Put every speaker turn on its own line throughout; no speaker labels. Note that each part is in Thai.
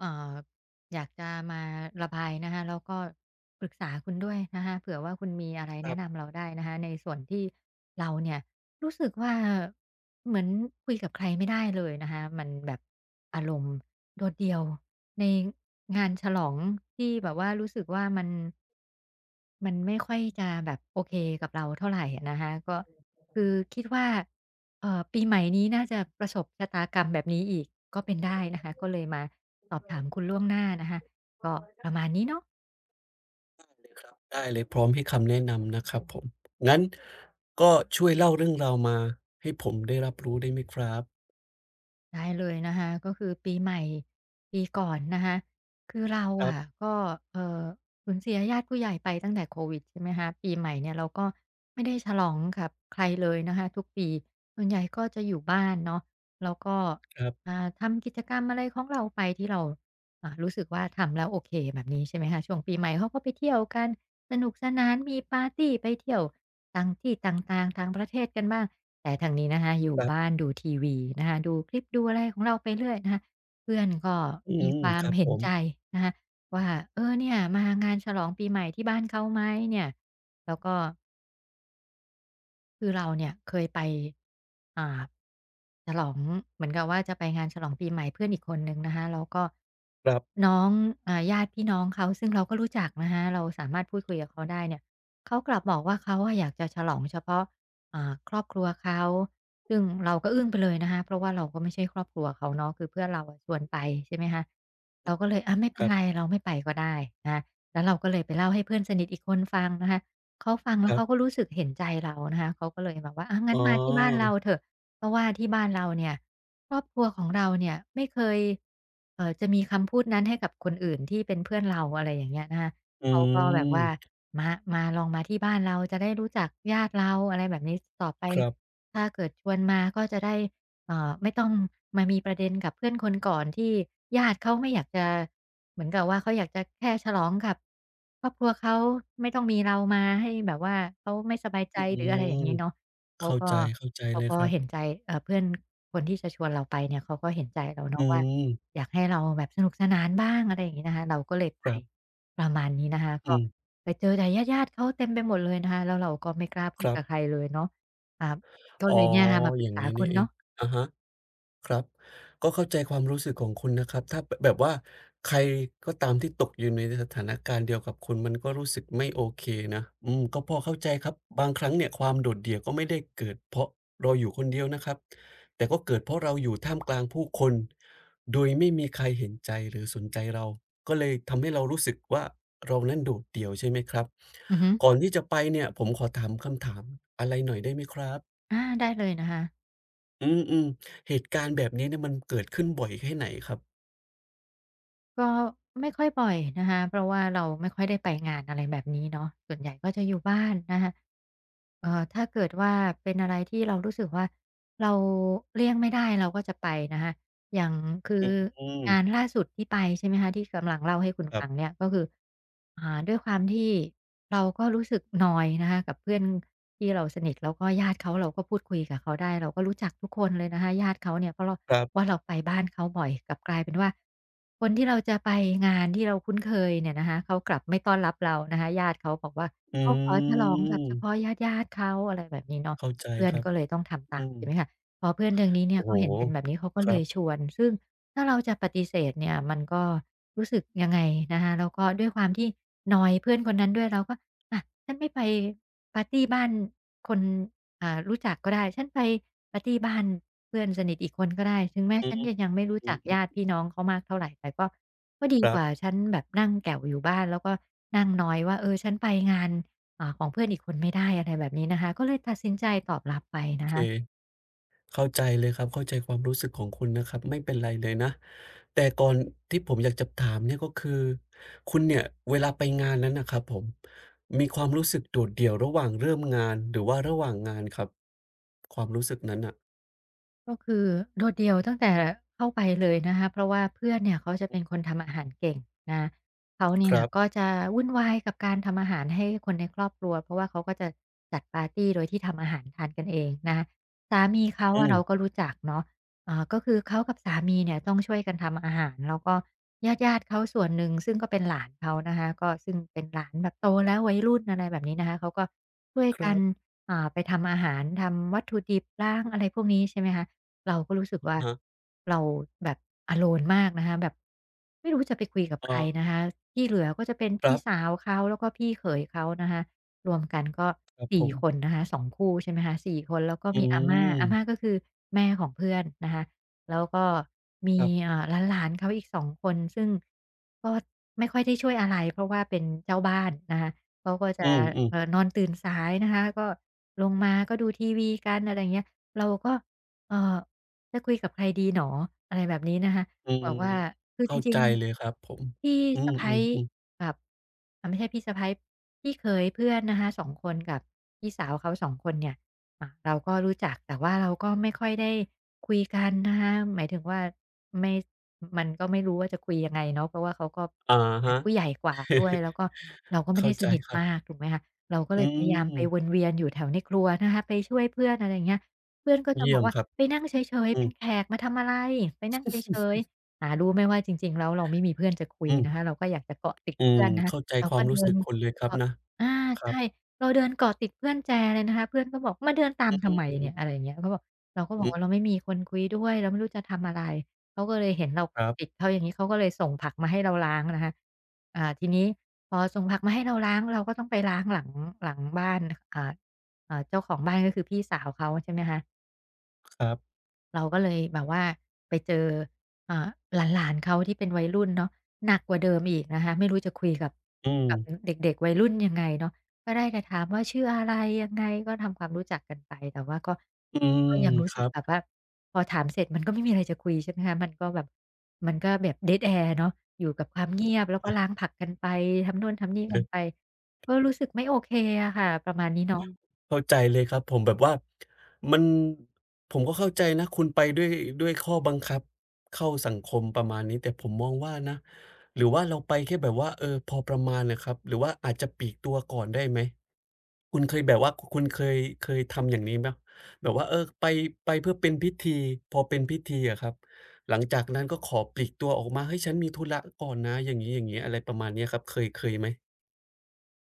เอ่ออยากจะมาระบายนะคะแล้วก็ปรึกษาคุณด้วยนะคะเผื่อว่าคุณมีอะไร
ครั
แนะนำ
บ
เราได้นะคะในส่วนที่เราเนี่ยรู้สึกว่าเหมือนคุยกับใครไม่ได้เลยนะคะมันแบบอารมณ์โดดเดี่ยวในงานฉลองที่แบบว่ารู้สึกว่ามันไม่ค่อยจะแบบโอเคกับเราเท่าไรอะนะคะก็คือคิดว่าปีใหม่นี้น่าจะประสบชะตากรรมแบบนี้อีกก็เป็นได้นะคะก็เลยมาสอบถามคุณล่วงหน้านะคะก็ประมาณนี้เนาะ
ครับได้เลยพร้อมให้คำแนะนำนะครับผมงั้นก็ช่วยเล่าเรื่องราวมาให้ผมได้รับรู้ได้ไหมครับ
ได้เลยนะคะก็คือปีใหม่ปีก่อนนะคะคือเรา
ครั
อะ
บ
ก็เออสูญเสียญาติผู้ใหญ่ไปตั้งแต่โควิดใช่ไหมคะปีใหม่เนี่ยเราก็ไม่ได้ฉลองกับใครเลยนะคะทุกปีส่วนใหญ่ก็จะอยู่บ้านเนาะแล้วก็
ๆ
ทำกิจกรรมอะไรของเราไปที่เรารู้สึกว่าทำแล้วโอเคแบบนี้ใช่ไหมคะช่วงปีใหม่เขาก็ไปเที่ยวกันสนุกสนานมีปาร์ตีไปเที่ยวต่างที่ต่างๆทางประเทศกันบ้าง แต่ทางนี้นะคะอยู่
ครั
บ้าน
บ
ดูทีวีนะคะดูคลิปดูอะไรของเราไปเรื่อยนะคะเพื่อนก็
อื
มี
ม
ควา
ค
ม
รับ
เห็
ผ
น
ม
ใจนะคะว่าเออเนี่ยมางานฉลองปีใหม่ที่บ้านเขาไหมเนี่ยแล้วก็ คือเราเนี่ยเคยไปอ่าฉลองเหมือนกับว่าจะไปงานฉลองปีใหม่เพื่อนอีกคนหนึ่งนะคะแล้วก็
ครับ
น้องอ่าญาติพี่น้องเขาซึ่งเราก็รู้จักนะคะเราสามารถพูดคุยกับเขาได้เนี่ยเขากลับบอกว่าเขาอะอยากจะฉลองเฉพาะครอบครัวเขาซึ่งเราก็อึ้งไปเลยนะคะเพราะว่าเราก็ไม่ใช่ครอบครัวเขาเนาะคือเพื่อนเราอะชวนไปใช่ไหมคะเราก็เลยอาไม่เป็
ค
น
รั
ไร
บ
เราไม่ไปก็ได้นะคะแล้วเราก็เลยไปเล่าให้เพื่อนสนิทอีกคนฟังนะคะ เขาฟังแล้
ค
ว
รั
เขาก็
บ
รู้สึกเห็นใจเรานะคะเขาก็เลยแบบว่าอา
อ๋
งั้นมาที่บ้าน
อ
เราเถอะเพราะว่าที่บ้านเราเนี่ยครอบครัวของเราเนี่ยไม่เคยจะมีคำพูดนั้นให้กับคนอื่นที่เป็นเพื่อนเราอะไรอย่างเงี้ยนะคะ
อื
เขาก็แบบว่า
ม
มามาลองมาที่บ้านเราจะได้รู้จักญาติเราอะไรแบบนี้ต่อไป
ครับ
ถ้าเกิดชวนมาก็จะได้ ไม่ต้องมามีประเด็นกับเพื่อนคนก่อนที่ญาติเขาไม่อยากจะเหมือนกับว่าเขาอยากจะแค่ฉลองกับครอบครัวเขาไม่ต้องมีเรามาให้แบบว่าเขาไม่สบายใจ
อื
หรืออะไรอ
ม
ย่างงี้เนาะเขา
เข้า
ก็
ใจเข้าใจ
เขา
เลย
ก็
ครั
เห็นใจ
บ
เพื่อนคนที่จะชวนเราไปเนี่ยเขาก็เห็นใจเรา
อื
เนาะว่า
ม
อยากให้เราแบบสนุกสนานบ้างอะไรอย่างงี้นะคะเราก็เลยไป
ครับ
ประมาณนี้นะคะก็
อืม
ไปเจอแต่ญาติๆเขาเต็มไปหมดเลยนะคะแล้วเราก็ไม่กล้าพู
ค
ด
รั
กับใคร
บ
เลยเนาะอ่าก็เล
อ๋อ
ยเนี่ยค่ะมาปรึ
อ
ก
ย่าง
ษา
งี้
คุ
นี่
ณ
เอ
เนาะ
งอะฮะ ครับก็เข้าใจความรู้สึกของคุณนะครับถ้าแบบว่าใครก็ตามที่ตกอยู่ในสถานการณ์เดียวกับคุณมันก็รู้สึกไม่โอเคนะอืมก็พอเข้าใจครับบางครั้งเนี่ยความโดดเดี่ยวก็ไม่ได้เกิดเพราะเราอยู่คนเดียวนะครับแต่ก็เกิดเพราะเราอยู่ท่ามกลางผู้คนโดยไม่มีใครเห็นใจหรือสนใจเราก็เลยทำให้เรารู้สึกว่าเรานั้นโดดเดี่ยวใช่ไหมครับ
อือฮึ
ก่อนที่จะไปเนี่ยผมขอถามคำถามอะไรหน่อยได้ไหมครับ
อาได้เลยนะคะ
อืมอืมเหตุการณ์แบบนี้เนี่ยมันเกิดขึ้นบ่อยแค่ไหนครับ
ก็ไม่ค่อยบ่อยนะคะ เพราะว่าเราไม่ค่อยได้ไปงานอะไรแบบนี้เนาะส่วนใหญ่ก็จะอยู่บ้านนะคะถ้าเกิดว่าเป็นอะไรที่เรารู้สึกว่าเราเลี่ยงไม่ได้เราก็จะไปนะคะ อย่างคื
อ
อ
ืม
งานล่าสุดที่ไปใช่ไหมคะที่กำลังเล่าให้คุณ
ครั
ฟัง
บ
เนี่ยก็คือด้วยความที่เราก็รู้สึกนอยนะคะกับเพื่อนที่เราสนิทแล้วก็ญาติเขาเราก็พูดคุยกับเขาได้เราก็รู้จักทุกคนเลยนะคะญาติเขาเนี่ยเพราะเรา
ครับ
ว่าเราไปบ้านเขาบ่อยกลับกลายเป็นว่าคนที่เราจะไปงานที่เราคุ้นเคยเนี่ยนะคะเขากลับไม่ต้อนรับเรานะคะญาติเขาบอกว่า
อื
เขาขอฉลองกับเฉพาะ
ม
ญาติๆเขาอะไรแบบนี้เนาะ
เข้าใจ
เพื่อ
ค
น
รับ
ก็เลยต้องทำตา
อื
ม
ม
ใช่ไหมคะ พอเพื่อนทางนี้เนี่ย
โอ้โฮ
เขาเห็นเป็นแบบนี้เขาก็
ค
เล
รั
ยช
บ
วนซึ่งถ้าเราจะปฏิเสธเนี่ยมันก็รู้สึกยังไงนะคะแล้วก็ด้วยความที่นอยเพื่อนคนนั้นด้วยเราก็อะฉันไม่ไปปาร์ตีบ้านคนรู้จักก็ได้ฉันไปปาร์ตีบ้านเพื่อนสนิทอีกคนก็ได้ถึงแม้
อื
ฉัน
ม
จะยังไม่รู้
อื
จักญาติ
อ
พี่น้องเขามากเท่าไรแต่ก็ก็
ๆ
ดี
ค
ก
รับ
ว่าฉันแบบนั่งแก่วอยู่บ้านแล้วก็นั่งนอยว่าเออฉันไปงานของเพื่อนอีกคนไม่ได้อะไรแบบนี้นะคะก็เลยตัดสินใจตอบรับไป
โอ
นะ
เค
คะ
เข้าใจเลยครับเข้าใจความรู้สึกของคุณนะครับไม่เป็นไรเลยนะแต่ก่อนที่ผมอยากจะถามเนี่ยก็คือคุณเนี่ยเวลาไปงานนั้นน่ะครับผมมีความรู้สึกโดดเดี่ยวระหว่างเริ่มงานหรือว่าระหว่างงานครับความรู้สึกนั้นน่ะ
ก็คือโดดเดี่ยวตั้งแต่เข้าไปเลยนะคะเพราะว่าเพื่อนเนี่ยเขาจะเป็นคนทำอาหารเก่งนะเขา
ค
เนี่ย
รั
ก็
บ
จะวุ่นวายกับการทำอาหารให้คนในครอบครัวเพราะว่าเขาก็จะจัดปาร์ตีโดยที่ทำอาหารทานกันเองนะสามีเขา
อื
อะ
ม
เราก็รู้จักเนาะก็คือเขากับสามีเนี่ยต้องช่วยกันทำอาหารแล้วก็ญาติๆเขาส่วนหนึ่งซึ่งก็เป็นหลานเขานะคะก็ซึ่งเป็นหลานแบบโตแล้ววัยรุ่นอะไรแบบนี้นะคะเขาก็ช่วย
ค
กั
รั
น
บ
ไปทำอาหารทำวัตถุดิบล้างอะไรพวกนี้ใช่ไหมคะ เราก็รู้สึกว่า
อะฮะ
เราแบบ alone มากนะคะแบบไม่รู้จะไปคุยกับใค
อ๋
ร
อ
นะคะที่เหลือก็จะเป็น
ครั
พี่สา
บ
วเขาแล้วก็พี่เขยเขานะคะรวมกันก็
ครับผ
สี่
ม
คนนะคะสองคู่ใช่ไหมคะสี่คนแล้วก็
อื
มีอาม่าอาม่า
ม
ก็คือแม่ของเพื่อนนะคะแล้วก็มี
ครับ
อ่าหลานๆเขาอีกสองคนซึ่งก็ไม่ค่อยได้ช่วยอะไรเพราะว่าเป็นเจ้าบ้านนะคะเขาก็จะ
อืม
เอ่อ
ๆ
นอนตื่นสายนะคะก็ลงมาก็ดูทีวีกันอะไรอย่างเงี้ยเราก็เอ่อ จะคุยกับใครดีหนออะไรแบบนี้นะคะ
ออื
บ
ม
อกว่าคือจ
เข้า
ริ
ใจ
ง
เลยครับผม
ๆพี่
อื
สะใภ้
มๆๆ
กับไม่ใช่พี่สะใภ้พี่เขยเพื่อนนะคะ2คนกับพี่สาวเขา2คนเนี่ยเราก็รู้จักแต่ว่าเราก็ไม่ค่อยได้คุยกันนะคะหมายถึงว่าไม่มันก็ไม่รู้ว่าจะคุยยังไงเนาะเพราะว่าเขาก็
อะ
แบ
ฮะ
บผู้ใหญ่กว่าด้วยแล้ว ก็เราก็ไม่
เข้า
ได้ส
ใจ
นิท
ครั
มาก
บ
ถูกไหมคะเราก็เล
อื
ยพยายามไป
ม
วนเวียนอยู่แถวในครัวนะคะไปช่วยเพื่อนอะไรอย่างเงี้ย เพื่อนก็จะบ
เยี่
อ
ย
ก
ม
ว่า
ครับ
ไปนั่งเฉยๆ
อื
เป็
ม
นแขกมาทำอะไร ไปนั่งเฉยๆหารู้ไหมว่าจริงๆแล้วเราไม่มีเพื่อนจะคุย
อืม
นะคะ เราก็อยากจะเกาะติด
อืม
เพื่อนนะคะ
เข้าใจ
เรา
ควา
ก็
มรู้
เดิ
สึ
น
กคุณเลยครับ
เกาะ
นะ
อา
ครั
ใช่
บ
เราเดินเกาะติดเพื่อนแจเลยนะคะเพื่อนก็บอกมาเดินตามทำไม
อืม
เนี่ยอะไรอย่างเงี้ยเขาบอกเราก็บอก
อือ
ว่าเราไม่มีคนคุยด้วยเราไม่รู้จะทำอะไร เขาก็เลยเห็นเรา
ค
ติด
ร
เขาอย่างงี้เขาก็เลยส่งผักมาให้เราล้างนะคะทีนี้พอส่งผักมาให้เราล้างเราก็ต้องไปล้างหลังหลังบ้านอ่าเจ้าของบ้านก็คือพี่สาวเขาใช่ไหมคะ
ับๆ
เราก็เลยแบบว่าไปเจออ่าหลานๆเขาที่เป็นวัยรุ่นเนาะหนักกว่าเดิมอีกนะคะไม่รู้จะคุยกับ
อืม
กับเด็กๆวัยรุ่นยังไงเนาะก็ได้แต่ถามว่าชื่ออะไรยังไงก็ทำความรู้จักกันไปแต่ว่าก็
อืม
ก็ยังรู้
ค
สึก
รับ
แบบว่าพอถามเสร็จมันก็ไม่มีอะไรจะคุยใช่ไหมคะมันก็แบบ dead air เนาะอยู่กับความเงียบแล้วก็ล้าง ผลักกันไปทำโน่นทำนี่
เอ
กัน
อ
ไปก็รู้สึกไม่โอเคอะค่ะประมาณนี้เนาะ
เข้าใจเลยครับผมแบบว่ามันผมก็เข้าใจนะคุณไปด้วยด้วยข้อบังคับเข้าสังคมประมาณนี้แต่ผมมองว่านะหรือว่าเราไปแค่แบบว่าเออพอประมาณน่ะครับหรือว่าอาจจะปลีกตัวก่อนได้ไหมคุณเคยแบบว่าคุณเคยเคยทำอย่างนี้เปล่าแบบว่าเออไปเพื่อเป็นพิธีพอเป็นพิธีอะครับหลังจากนั้นก็ขอปลีกตัวออกมาเฮ้ยฉันมีธุระก่อนนะอย่างงี้ๆอะไรประมาณเนี้ยครับเคยไหม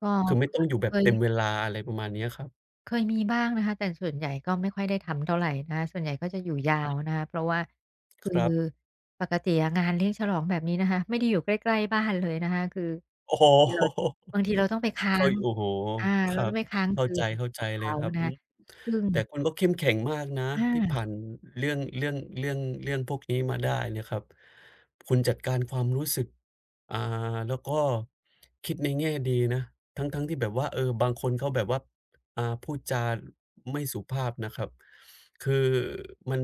ก็
คือไม่ต้อ
ก็
งอยู่แบ
เค
บ
ย
เต็มเวลาอะไรประมาณเนี้ยครับ
เคยมีบ้างนะคะแต่ส่วนใหญ่ก็ไม่ค่อยได้ทำเท่าไรนะคะส่วนใหญ่ก็จะอยู่ยาวนะคะเพราะว่าคื
ค
อ
รับ
ปกติอะงานเลี้ยงฉลองแบบนี้นะคะไม่ได้อยู่ใกล้ๆบ้านเลยนะคะคือ
โอ้โ
บางทีเรา
ฮ
บางทีเราต้องไปค้า
เข้า
ง
โอ้โฮ
อา
ค
เรา
รั
ต้อ
บ
งไปค้าง
เข้า
คื
ใจ
น
เข้าใจ
กับ
เลย
เขา
ครับ
นะ
อื
คะ
ม
ซึ่ง
แต่คุณก็เข้มแข็งมากนะ
อา
ที่ผ่านเรื่องพวกนี้มาได้เนี่ยครับคุณจัดการความรู้สึกอ่าแล้วก็คิดในแง่ดีนะทั้งๆที่แบบว่าเออบางคนเขาแบบว่าพูดจาไม่สุภาพนะครับคือมัน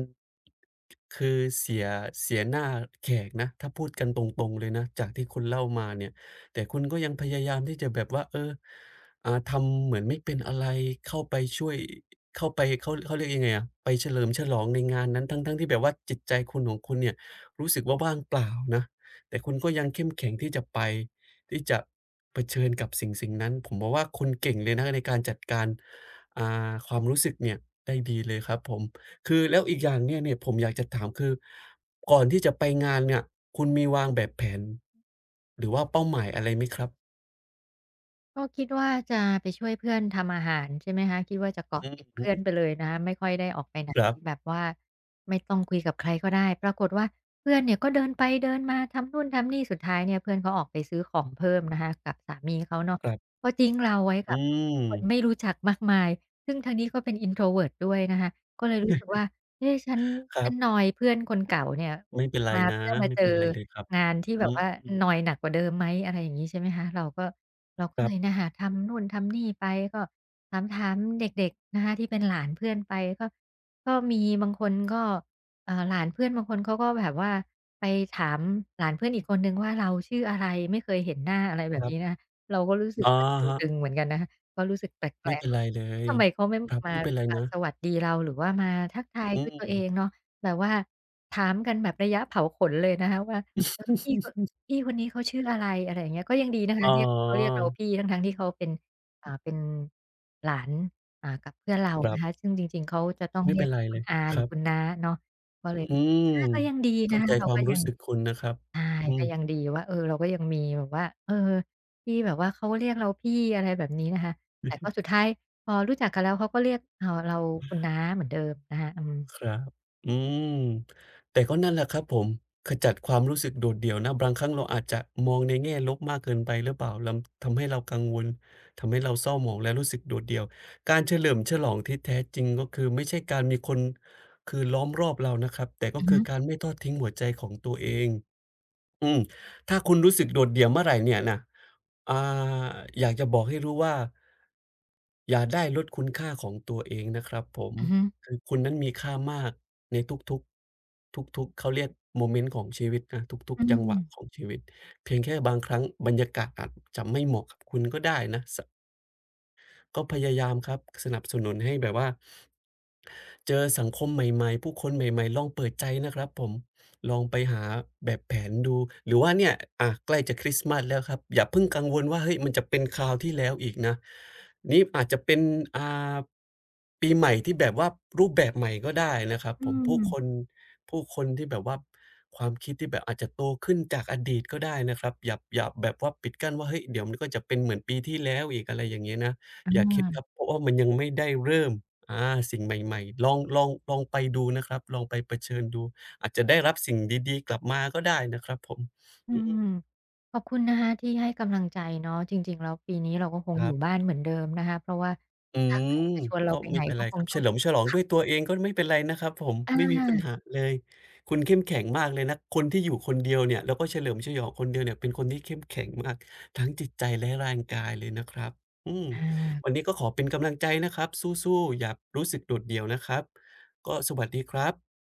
คือเสียเสียหน้าแขกนะถ้าพูดกันตรงๆเลยนะจากที่คุณเล่ามาเนี่ย แต่คุณก็ยังพยายามที่จะแบบว่าเออทำเหมือนไม่เป็นอะไรเข้าไปช่วยเข้าไปเขาเรียกยังไงอะไปเฉลิมฉลองในงานนั้นทั้งๆที่แบบว่าจิตใจคุณของคุณเนี่ยรู้สึกว่าว่างเปล่านะแต่คุณก็ยังเข้มแข็งที่จะไปที่จะเผชิญกับสิ่งๆนั้นผมมองว่าคุณเก่งเลยนะในการจัดการความรู้สึกเนี่ยได้ดีเลยครับผม คือแล้วอีกอย่างเนี่ยผมอยากจะถามคือก่อนที่จะไปงานเนี่ยคุณมีวางแบบแผนหรือว่าเป้าหมายอะไรไหมครับ
ก็คิดว่าจะไปช่วยเพื่อนทำอาหารใช่ไหมคะคิดว่าจะเกอาะ
อือ
ติด
ฮึ
เพื่อนไปเลยนะคะไม่ค่อยได้ออกไปไหน
ครับ
แบบว่าไม่ต้องคุยกับใครก็ได้ปรากฏว่าเพื่อนเนี่ยก็เดินไปเดินมาทำนู่นทำนี่สุดท้ายเนี่ยเพื่อนเขาออกไปซื้อของเพิ่มนะคะกับสามีเขาเนาะ
ครับ
ก็ทิ้งเราไว้กับ
อืม
คนไม่รู้จักมากมายซึ่งทางนี้ก็เป็น introvert ด้วยนะคะก็เลยรู้สึกว่าเอ๊ะฉัน
ค
ฉั
รั
นน
บ
อยเพื่อนคนเก่าเนี่ย
ไม่เป็นไร
มา
นะ
เพื่อมา
ไม่
เจอ
เป็นไรเลยครับ
งานที่แบ
อื
บว่า
ม
นอยหนักกว่าเดิมไหมอะไรอย่างงี้ใช่ไหมคะเราก็ เราก็
ค
เล
รั
ย
บ
นะคะทำนู่นทำนี่ไปก็ถามๆเด็กๆนะคะที่เป็นหลานเพื่อนไปก็ก็มีบางคนก็หลานเพื่อนบางคนเขาก็แบบว่าไปถามหลานเพื่อนอีกคนหนึงว่าเราชื่ออะไรไม่เคยเห็นหน้าอะไรแบบนี้นะเราก็รู้สึ
ๆ
ก
อะ
ว่าต
ฮะ
ึงๆเหมือนกันนะคะก็รู้สึกแปล
ไม่
ก
เป็น
ๆรู้
ไร
สึก
เล
เอ๊
ย
ทำไมเขาไม่
ครับ
มา
ไม่เป็นไร
อ่า
นะ
สวัสดีเราหรือว่ามาทักทาย
อื
ด้วย
ม
ตัวเองเนาะแบบว่าถามกันแบบระยะเผาขนเลยนะคะว่าเออพี่ พี่คนนี้เขาชื่ออะไรอะไรอย่างเงี้ยก็ยังดีนะ
อ๋
คะ
อ
เรียกเขาเรียกเราพี่ทั้งๆที่เขาเป็นเป็นหลานกับเพื่อนเรา
ครั
นะคะ
บ
ซึ่งจริงๆเขาจะต้อง
ไม่
เรี
เป็
ยก
นไร
คุ
เล
ณ
ย
อาห
ค
รือ
รับ
คุณน้าเนาะก็เลย
อื
รู้สึก
ม
อาก็ยังดีนะ
เข้า
คะ
ใจ
เรา
ควา
ก็
ม
ยั
รู้
ง
สึกคุณนะครับ
ใช่
อื
ก็
ม
ยังดีว่าเออเราก็ยังมีแบบว่าเออที่แบบว่าเขาเรียกเราพี่อะไรแบบนี้นะคะแต่ก็สุดท้ายพอรู้จักกันแล้วเขาก็เรียกเราคุณน้าเหมือนเดิมนะคะอืม
ครับ อืมแต่ก็นั่นแหละครับผมขจัดความรู้สึกโดดเดี่ยวนะบางครั้งเราอาจจะมองในแง่ลบมากเกินไปหรือเปล่าลำทำให้เรากังวลทำให้เราเศร้าหมองและรู้สึกโดดเดี่ยวการเฉลิมฉลองที่แท้จริงก็คือไม่ใช่การมีคนคือล้อมรอบเรานะครับแต่ก็
อือ
คื
ฮึ
อการไม่ทอดทิ้งหัวใจของตัวเอง อืมถ้าคุณรู้สึกโดดเดี่ยวเมื่อไรเนี่ยนะอ่าอยากจะบอกให้รู้ว่าอย่าได้ลดคุณค่าของตัวเองนะครับผม
อือฮึ
คือคุณนั้นมีค่ามากในทุกๆทุกๆเขาเรียกโมเมนต์ของชีวิตนะทุก
อื
ๆจังหวะของ
ม
ชีวิตเพียงแค่บางครั้งบรรยากาศอาจจะไม่เหมาะกับคุณก็ได้นะสก็พยายามครับสนับสนุนให้แบบว่า เจอสังคมใหม่ๆผู้คนใหม่ๆลองเปิดใจนะครับผมลองไปหาแบบแผนดูหรือว่าเนี่ยอะใกล้จะคริสต์มาสแล้วครับอย่าเพิ่งกังวลว่าเฮ้ยมันจะเป็นคราวที่แล้วอีกนะนี่อาจจะเป็นอ่าปีใหม่ที่แบบว่ารูปแบบใหม่ก็ได้นะครับ
อื
ผม
ม
ผู้คนผู้คนที่แบบว่าความคิดที่แบบอาจจะโตขึ้นจากอดีตก็ได้นะครับอย่าแบบว่าปิดกั้นว่าเฮ้ยเดี๋ยวมันก็จะเป็นเหมือนปีที่แล้วอีกอะไรอย่างเงี้ยนะ
อ
อย่าคิดครับ
า
เพราะว่ามันยังไม่ได้เริ่ม อาสิ่งใหม่ๆลองไปดูนะครับลองไปเผชิญดูอาจจะได้รับสิ่งดีๆกลับมาก็ได้นะครับผม
อื
อื
ม
ม
ขอบคุณนะคะที่ให้กำลังใจเนาะจริงๆแล้วปีนี้เราก็คง
ค
อ
รั
ยู่
บ
บ้านเหมือนเดิมนะคะเพราะว่า
อื
ถ้าใคร
ม
จะชวนเรา
ก็
ไปไหน
ไม่เป็น
ก็
ไร
ค
ค
ง
รับ
ต้
เฉ
อง
ลิมฉลอง
ขั
ด้
บ
วยตัวเองก็ไม่เป็นไรนะครับผม
อ
ไม่มีปัญ
า
หาเลยคุณเข้มแข็งมากเลยนะคนที่อยู่คนเดียวเนี่ยแล้วก็เฉลิมฉลองคนเดียวเนี่ยเป็นคนที่เข้มแข็งมากทั้งจิตใจและร่างกายเลยนะครับอืม
อ
วั
า
นนี้ก็ขอเป็นกำลังใจนะครับสู้ๆอย่ารู้สึกโดดเดี่ยวนะครับก็สวัสดีครับ